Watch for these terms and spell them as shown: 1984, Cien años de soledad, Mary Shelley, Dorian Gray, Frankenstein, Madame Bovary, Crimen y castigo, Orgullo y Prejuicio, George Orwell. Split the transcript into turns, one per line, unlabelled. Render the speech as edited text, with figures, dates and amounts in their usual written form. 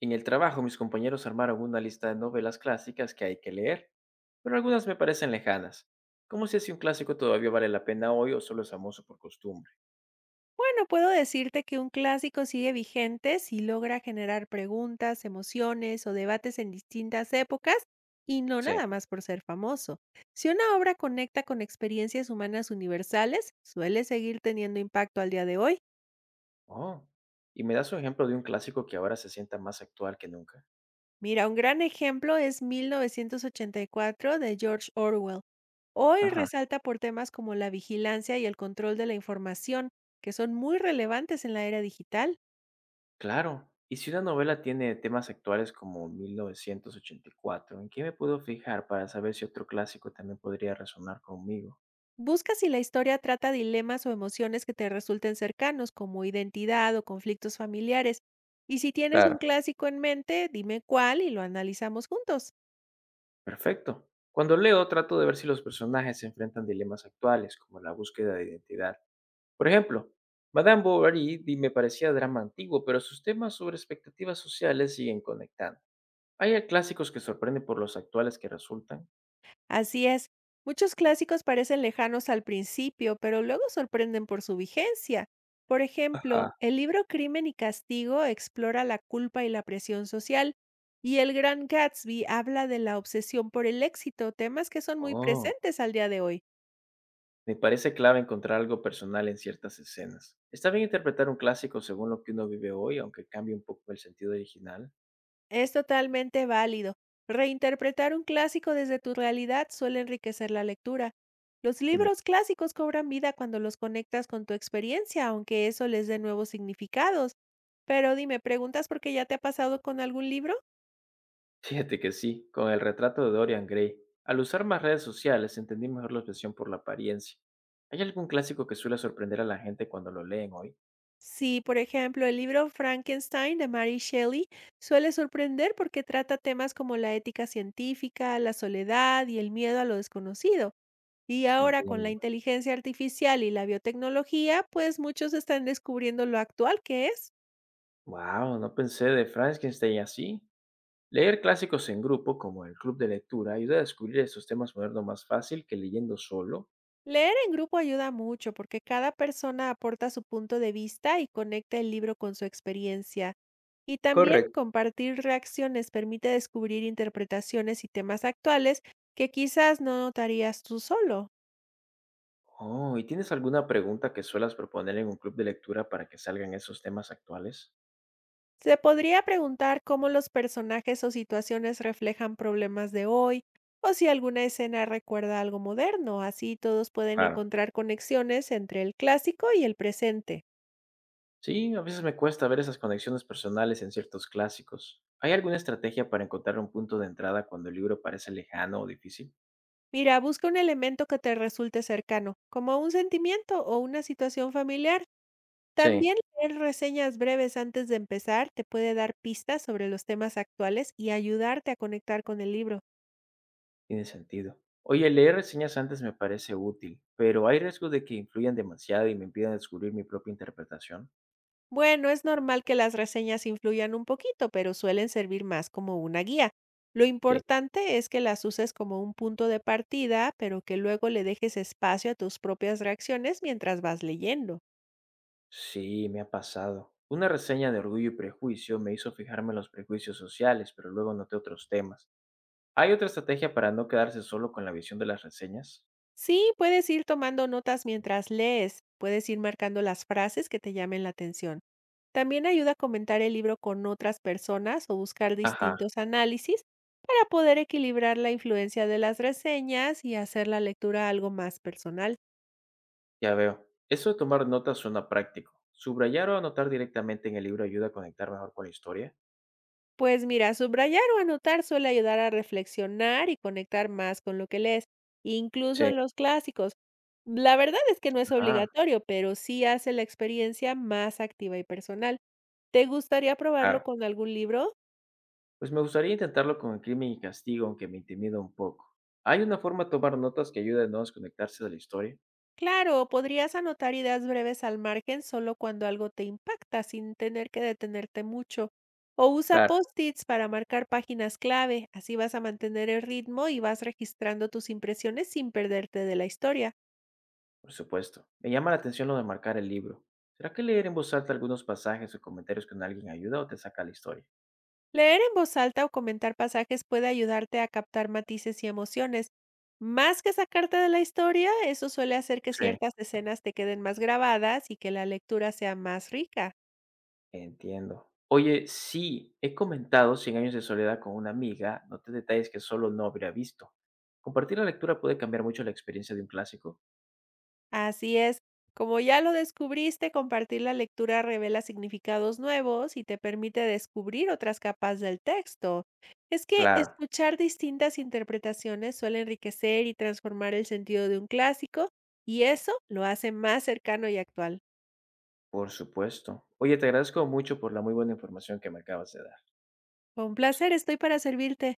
En el trabajo, mis compañeros armaron una lista de novelas clásicas que hay que leer, pero algunas me parecen lejanas. ¿Cómo sé si un clásico todavía vale la pena hoy o solo es famoso por costumbre?
Bueno, puedo decirte que un clásico sigue vigente si logra generar preguntas, emociones o debates en distintas épocas y no
Sí.
nada más por ser famoso. Si una obra conecta con experiencias humanas universales, suele seguir teniendo impacto al día de hoy.
Oh, ¿y me das un ejemplo de un clásico que ahora se sienta más actual que nunca?
Mira, un gran ejemplo es 1984 de George Orwell. Hoy
Ajá.
resalta por temas como la vigilancia y el control de la información, que son muy relevantes en la era digital.
Claro, y si una novela tiene temas actuales como 1984, ¿en qué me puedo fijar para saber si otro clásico también podría resonar conmigo?
Busca si la historia trata dilemas o emociones que te resulten cercanos, como identidad o conflictos familiares. Y si tienes un
Claro.
clásico en mente, dime cuál y lo analizamos juntos.
Perfecto. Cuando leo, trato de ver si los personajes se enfrentan dilemas actuales, como la búsqueda de identidad. Por ejemplo, Madame Bovary me parecía drama antiguo, pero sus temas sobre expectativas sociales siguen conectando. ¿Hay clásicos que sorprenden por los actuales que resultan?
Así es, muchos clásicos parecen lejanos al principio, pero luego sorprenden por su vigencia. Por ejemplo,
Ajá.
el libro Crimen y Castigo explora la culpa y la presión social, y el Gran Gatsby habla de la obsesión por el éxito, temas que son muy
Oh,
presentes al día de hoy.
me parece clave encontrar algo personal en ciertas escenas. ¿Está bien interpretar un clásico según lo que uno vive hoy, aunque cambie un poco el sentido original?
Es totalmente válido. Reinterpretar un clásico desde tu realidad suele enriquecer la lectura. Los libros clásicos cobran vida cuando los conectas con tu experiencia, aunque eso les dé nuevos significados. Pero dime, ¿preguntas por qué ya te ha pasado con algún libro?
Fíjate que sí, con el retrato de Dorian Gray. Al usar más redes sociales entendí mejor la obsesión por la apariencia. ¿Hay algún clásico que suele sorprender a la gente cuando lo leen hoy?
Sí, por ejemplo, el libro Frankenstein de Mary Shelley suele sorprender porque trata temas como la ética científica, la soledad y el miedo a lo desconocido. Y ahora con la
Entiendo.
inteligencia artificial y la biotecnología, pues muchos están descubriendo lo actual que es.
Wow, no pensé de Frankenstein así. Leer clásicos en grupo, como el club de lectura, ayuda a descubrir esos temas modernos más fácil que leyendo solo.
Leer en grupo ayuda mucho porque cada persona aporta su punto de vista y conecta el libro con su experiencia. Y también
Correcto.
compartir reacciones permite descubrir interpretaciones y temas actuales que quizás no notarías tú solo.
Oh, ¿y tienes alguna pregunta que suelas proponer en un club de lectura para que salgan esos temas actuales?
Se podría preguntar cómo los personajes o situaciones reflejan problemas de hoy, o si alguna escena recuerda algo moderno, así todos pueden
Claro.
encontrar conexiones entre el clásico y el presente.
Sí, a veces me cuesta ver esas conexiones personales en ciertos clásicos. ¿Hay alguna estrategia para encontrar un punto de entrada cuando el libro parece lejano o difícil?
Mira, busca un elemento que te resulte cercano, como un sentimiento o una situación familiar.
Sí,
También leer reseñas breves antes de empezar te puede dar pistas sobre los temas actuales y ayudarte a conectar con el libro.
tiene sentido. Oye, leer reseñas antes me parece útil, pero ¿hay riesgo de que influyan demasiado y me impidan descubrir mi propia interpretación?
Bueno, es normal que las reseñas influyan un poquito, pero suelen servir más como una guía. Lo
Sí.
importante es que las uses como un punto de partida, pero que luego le dejes espacio a tus propias reacciones mientras vas leyendo.
Sí, me ha pasado. Una reseña de Orgullo y Prejuicio me hizo fijarme en los prejuicios sociales, pero luego noté otros temas. ¿Hay otra estrategia para no quedarse solo con la visión de las reseñas?
Sí, puedes ir tomando notas mientras lees, puedes ir marcando las frases que te llamen la atención. También ayuda a comentar el libro con otras personas o buscar
Ajá.
distintos análisis para poder equilibrar la influencia de las reseñas y hacer la lectura algo más personal.
Ya veo. Eso de tomar notas suena práctico. Subrayar o anotar directamente en el libro ayuda a conectar mejor con la historia.
Pues mira, subrayar o anotar suele ayudar a reflexionar y conectar más con lo que lees, incluso
Sí.
en los clásicos. La verdad es que no es
Ah,
obligatorio, pero sí hace la experiencia más activa y personal. ¿Te gustaría probarlo
claro.
con algún libro?
Pues me gustaría intentarlo con el crimen y castigo, aunque me intimida un poco. ¿Hay una forma de tomar notas que ayude a no desconectarse de la historia?
Claro, podrías anotar ideas breves al margen solo cuando algo te impacta, sin tener que detenerte mucho. O usa
Claro.
post-its para marcar páginas clave, así vas a mantener el ritmo y vas registrando tus impresiones sin perderte de la historia.
Por supuesto. Me llama la atención lo de marcar el libro. ¿Será que leer en voz alta algunos pasajes o comentarios con alguien ayuda o te saca la historia?
Leer en voz alta o comentar pasajes puede ayudarte a captar matices y emociones. Más que sacarte de la historia, eso suele hacer que
Sí.
ciertas escenas te queden más grabadas y que la lectura sea más rica.
Entiendo. Oye, sí, he comentado cien años de soledad con una amiga, noté detalles que solo no habría visto. Compartir la lectura puede cambiar mucho la experiencia de un clásico.
Así es, como ya lo descubriste, compartir la lectura revela significados nuevos y te permite descubrir otras capas del texto. Es que
Claro,
escuchar distintas interpretaciones suele enriquecer y transformar el sentido de un clásico, y eso lo hace más cercano y actual.
por supuesto. Oye, te agradezco mucho por la muy buena información que me acabas de dar.
Con placer, estoy para servirte.